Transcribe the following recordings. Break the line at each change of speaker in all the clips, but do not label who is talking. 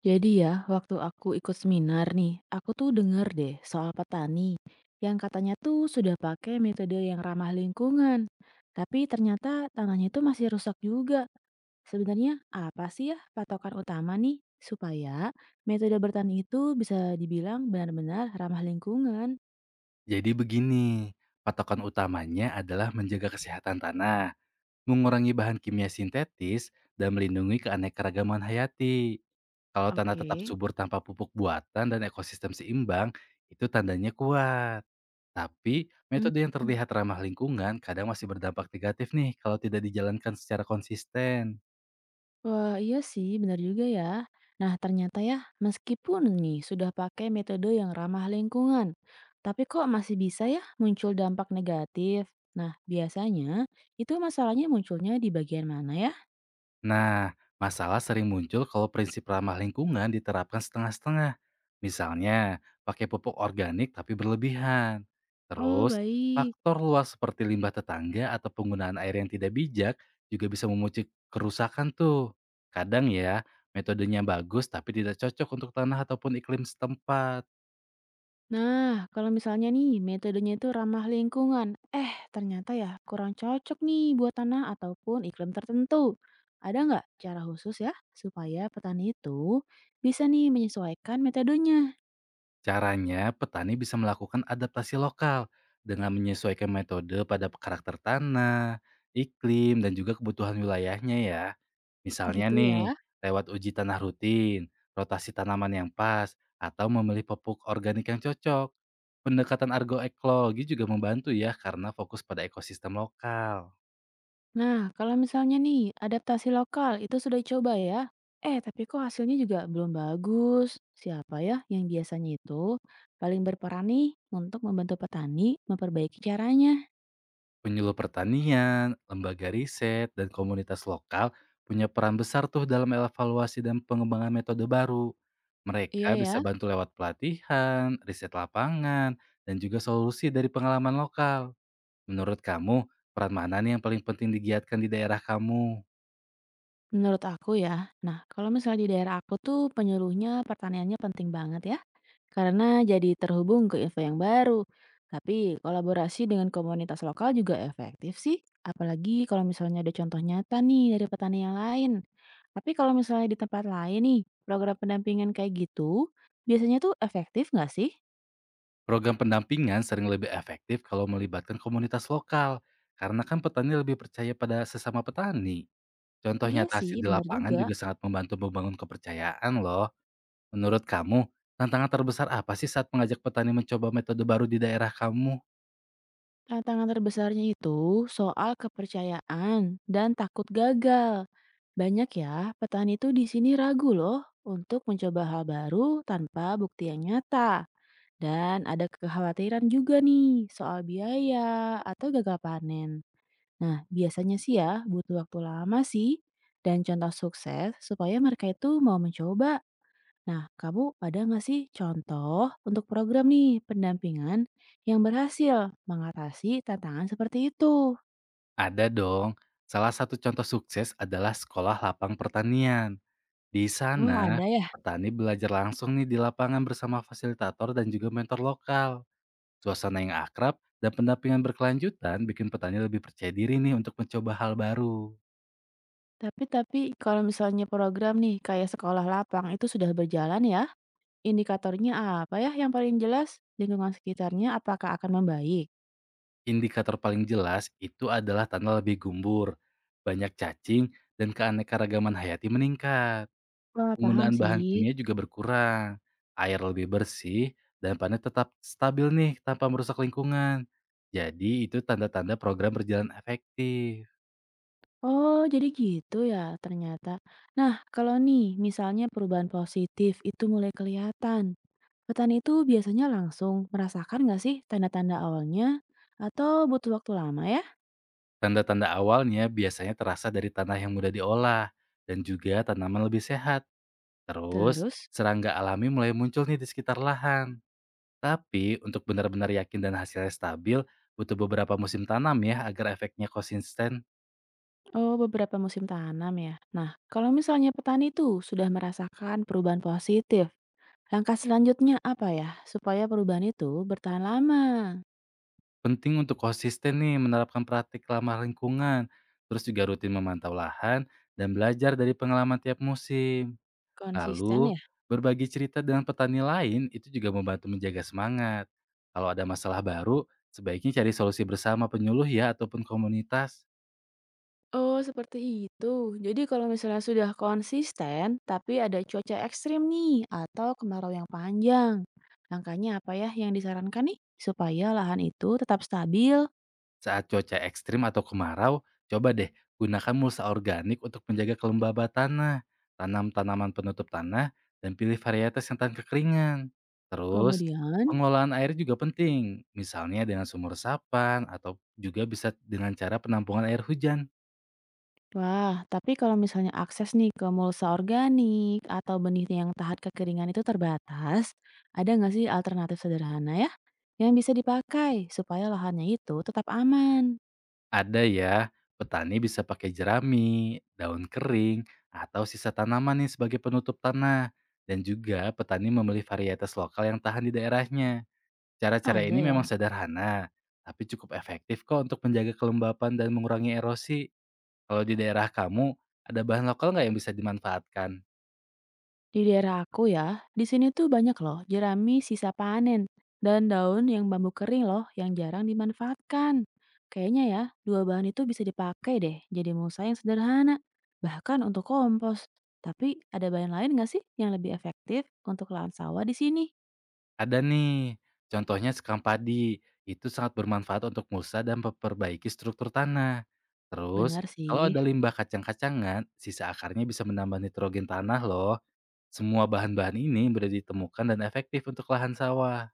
Jadi ya, waktu aku ikut seminar nih, aku tuh denger deh soal petani yang katanya tuh sudah pakai metode yang ramah lingkungan. Tapi ternyata tanahnya tuh masih rusak juga. Sebenarnya apa sih ya patokan utama nih supaya metode bertani itu bisa dibilang benar-benar ramah lingkungan?
Jadi begini, patokan utamanya adalah menjaga kesehatan tanah, mengurangi bahan kimia sintetis, dan melindungi keanekaragaman hayati. Kalau tanah tetap
Oke.
subur tanpa pupuk buatan dan ekosistem seimbang, itu tandanya kuat. Tapi,
Hmm.
metode yang terlihat ramah lingkungan kadang masih berdampak negatif nih kalau tidak dijalankan secara konsisten.
Wah, iya sih, benar juga ya. Nah, ternyata ya, meskipun nih sudah pakai metode yang ramah lingkungan, tapi kok masih bisa ya muncul dampak negatif? Nah, biasanya itu masalahnya munculnya di bagian mana ya?
Nah, masalah sering muncul kalau prinsip ramah lingkungan diterapkan setengah-setengah. Misalnya, pakai pupuk organik tapi berlebihan.
Oh,
Terus,
baik.
faktor luas seperti limbah tetangga atau penggunaan air yang tidak bijak juga bisa memicu kerusakan tuh. Kadang ya, metodenya bagus tapi tidak cocok untuk tanah ataupun iklim setempat.
Nah, kalau misalnya nih metodenya itu ramah lingkungan, eh ternyata ya kurang cocok nih buat tanah ataupun iklim tertentu. Ada nggak cara khusus ya supaya petani itu bisa nih menyesuaikan metodenya
Caranya, petani bisa melakukan adaptasi lokal dengan menyesuaikan metode pada karakter tanah, iklim, dan juga kebutuhan wilayahnya ya. Misalnya
gitu
nih,
ya?
lewat uji tanah rutin, rotasi tanaman yang pas, atau memilih pupuk organik yang cocok. Pendekatan argo ekologi juga membantu ya karena fokus pada ekosistem lokal.
Nah, kalau misalnya nih, adaptasi lokal itu sudah dicoba ya. Eh, tapi kok hasilnya juga belum bagus. Siapa ya yang biasanya itu paling berperan nih untuk membantu petani memperbaiki caranya?
Penyuluh pertanian, lembaga riset, dan komunitas lokal punya peran besar tuh dalam evaluasi dan pengembangan metode baru.
Iya
Mereka
ya,
bisa bantu lewat pelatihan, riset lapangan, dan juga solusi dari pengalaman lokal. Menurut kamu, peran mana nih yang paling penting digiatkan di daerah kamu?
menurut aku ya. Nah, kalau misalnya di daerah aku tuh penyuluhnya pertaniannya penting banget ya. Karena jadi terhubung ke info yang baru. Tapi kolaborasi dengan komunitas lokal juga efektif sih. Apalagi kalau misalnya ada contoh nyata nih dari petani yang lain. Tapi kalau misalnya di tempat lain nih, program pendampingan kayak gitu, biasanya tuh efektif nggak sih?
Program pendampingan sering lebih efektif kalau melibatkan komunitas lokal, karena kan petani lebih percaya pada sesama petani. Contoh
Iya
nyata
sih,
hasil di
benar
lapangan
juga.
juga sangat membantu membangun kepercayaan loh. Menurut kamu, tantangan terbesar apa sih saat mengajak petani mencoba metode baru di daerah kamu?
Tantangan terbesarnya itu soal kepercayaan dan takut gagal. Banyak ya, petani tuh di sini ragu loh untuk mencoba hal baru tanpa bukti yang nyata. Dan ada kekhawatiran juga nih soal biaya atau gagal panen. Nah, biasanya sih ya butuh waktu lama sih dan contoh sukses supaya mereka itu mau mencoba. Nah, kamu ada nggak sih contoh untuk program nih pendampingan yang berhasil mengatasi tantangan seperti itu?
Ada dong. Salah satu contoh sukses adalah Sekolah Lapang Pertanian. Di
Wah,
sana,
ada ya.
petani belajar langsung nih di lapangan bersama fasilitator dan juga mentor lokal. Suasana yang akrab dan pendampingan berkelanjutan bikin petani lebih percaya diri nih untuk mencoba hal baru.
Tapi kalau misalnya program nih kayak sekolah lapang itu sudah berjalan ya, indikatornya apa ya yang paling jelas? Lingkungan sekitarnya apakah akan membaik?
Indikator paling jelas itu adalah tanah lebih gembur, banyak cacing, dan keanekaragaman hayati meningkat.
Wah, paham
Penggunaan bahan
sih.
kimia juga berkurang, air lebih bersih, dan panen tetap stabil nih tanpa merusak lingkungan. Jadi itu tanda-tanda program berjalan efektif.
Oh, jadi gitu ya ternyata. Nah, kalau nih misalnya perubahan positif itu mulai kelihatan, petani itu biasanya langsung merasakan nggak sih tanda-tanda awalnya? Atau butuh waktu lama ya?
Tanda-tanda awalnya biasanya terasa dari tanah yang mudah diolah dan juga tanaman lebih sehat. Terus
Terus,
serangga alami mulai muncul nih di sekitar lahan. Tapi untuk benar-benar yakin dan hasilnya stabil, butuh beberapa musim tanam ya agar efeknya konsisten.
oh beberapa musim tanam ya. Nah, kalau misalnya petani itu sudah merasakan perubahan positif, langkah selanjutnya apa ya? Supaya perubahan itu bertahan lama.
Penting untuk konsisten nih menerapkan praktik ramah lingkungan, terus juga rutin memantau lahan dan belajar dari pengalaman tiap musim.
Konsisten
Lalu,
ya?
berbagi cerita dengan petani lain itu juga membantu menjaga semangat. Kalau ada masalah baru, sebaiknya cari solusi bersama penyuluh ya ataupun komunitas.
Oh, seperti itu. Jadi kalau misalnya sudah konsisten, tapi ada cuaca ekstrim nih, atau kemarau yang panjang. Langkahnya apa ya yang disarankan nih? Supaya lahan itu tetap stabil.
Saat cuaca ekstrim atau kemarau, coba deh gunakan mulsa organik untuk menjaga kelembaban tanah. Tanam tanaman penutup tanah dan pilih varietas yang tahan kekeringan. Terus,
Kemudian?
pengelolaan air juga penting. Misalnya dengan sumur resapan atau juga bisa dengan cara penampungan air hujan.
Wah, tapi kalau misalnya akses nih ke mulsa organik atau benih yang tahan kekeringan itu terbatas, ada nggak sih alternatif sederhana ya yang bisa dipakai supaya lahannya itu tetap aman?
Ada ya, petani bisa pakai jerami, daun kering, atau sisa tanaman nih sebagai penutup tanah. Dan juga petani memilih varietas lokal yang tahan di daerahnya. Cara-cara
Ada
ini memang
ya?
sederhana, tapi cukup efektif kok untuk menjaga kelembapan dan mengurangi erosi. Kalau di daerah kamu, ada bahan lokal nggak yang bisa dimanfaatkan?
Di daerah aku ya, di sini tuh banyak loh jerami sisa panen dan daun yang bambu kering loh yang jarang dimanfaatkan. Kayaknya ya, dua bahan itu bisa dipakai deh jadi mulsa yang sederhana, bahkan untuk kompos. Tapi ada bahan lain nggak sih yang lebih efektif untuk lahan sawah di sini?
Ada nih, contohnya sekam padi. Itu sangat bermanfaat untuk mulsa dan memperbaiki struktur tanah. Terus,
Benar
kalau
sih.
ada limbah kacang-kacangan, sisa akarnya bisa menambah nitrogen tanah loh. Semua bahan-bahan ini mudah ditemukan dan efektif untuk lahan sawah.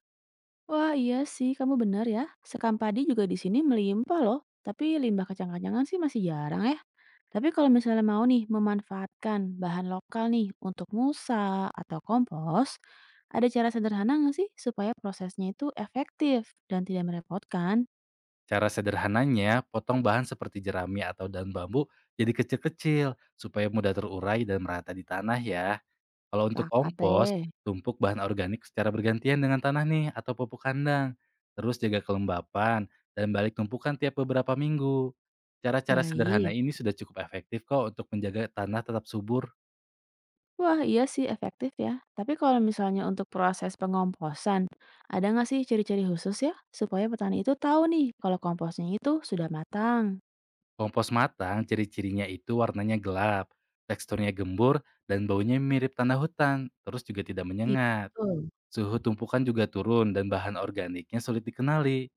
Wah, iya sih, kamu benar ya. Sekam padi juga di sini melimpah loh, tapi limbah kacang-kacangan sih masih jarang ya. Tapi kalau misalnya mau nih memanfaatkan bahan lokal nih untuk musa atau kompos, ada cara sederhana nggak sih supaya prosesnya itu efektif dan tidak merepotkan?
Cara sederhananya, potong bahan seperti jerami atau daun bambu jadi kecil-kecil supaya mudah terurai dan merata di tanah ya. Kalau untuk
Sepakat
kompos,
deh.
tumpuk bahan organik secara bergantian dengan tanah nih atau pupuk kandang. Terus jaga kelembapan dan balik tumpukan tiap beberapa minggu. Cara-cara sederhana
Baik.
ini sudah cukup efektif kok untuk menjaga tanah tetap subur.
Wah, iya sih efektif ya. Tapi kalau misalnya untuk proses pengomposan, ada nggak sih ciri-ciri khusus ya supaya petani itu tahu nih kalau komposnya itu sudah matang?
Kompos matang, ciri-cirinya itu warnanya gelap, teksturnya gembur, dan baunya mirip tanah hutan, terus juga tidak menyengat.
Gitu?
Suhu tumpukan juga turun dan bahan organiknya sulit dikenali.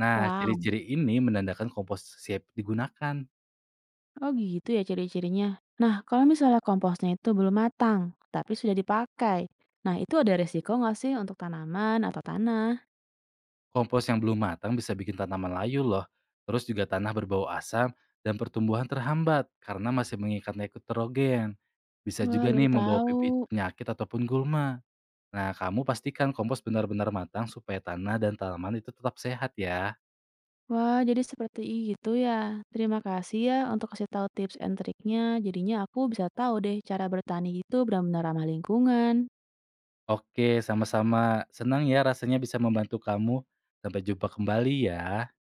Nah,
Wow,
ciri-ciri ini menandakan kompos siap digunakan.
oh gitu ya ciri-cirinya. Nah, kalau misalnya komposnya itu belum matang, tapi sudah dipakai. Nah, itu ada resiko nggak sih untuk tanaman atau tanah?
Kompos yang belum matang bisa bikin tanaman layu loh. Terus juga tanah berbau asam dan pertumbuhan terhambat karena masih mengikat nitrogen. Bisa
Wah,
juga
baru
nih membawa
tahu.
pipi penyakit ataupun gulma. Nah, kamu pastikan kompos benar-benar matang supaya tanah dan tanaman itu tetap sehat ya.
Wah, jadi seperti itu ya. Terima kasih ya untuk kasih tahu tips and triknya. Jadinya aku bisa tahu deh cara bertani itu benar-benar ramah lingkungan.
Oke, sama-sama. Senang ya rasanya bisa membantu kamu. Sampai jumpa kembali ya.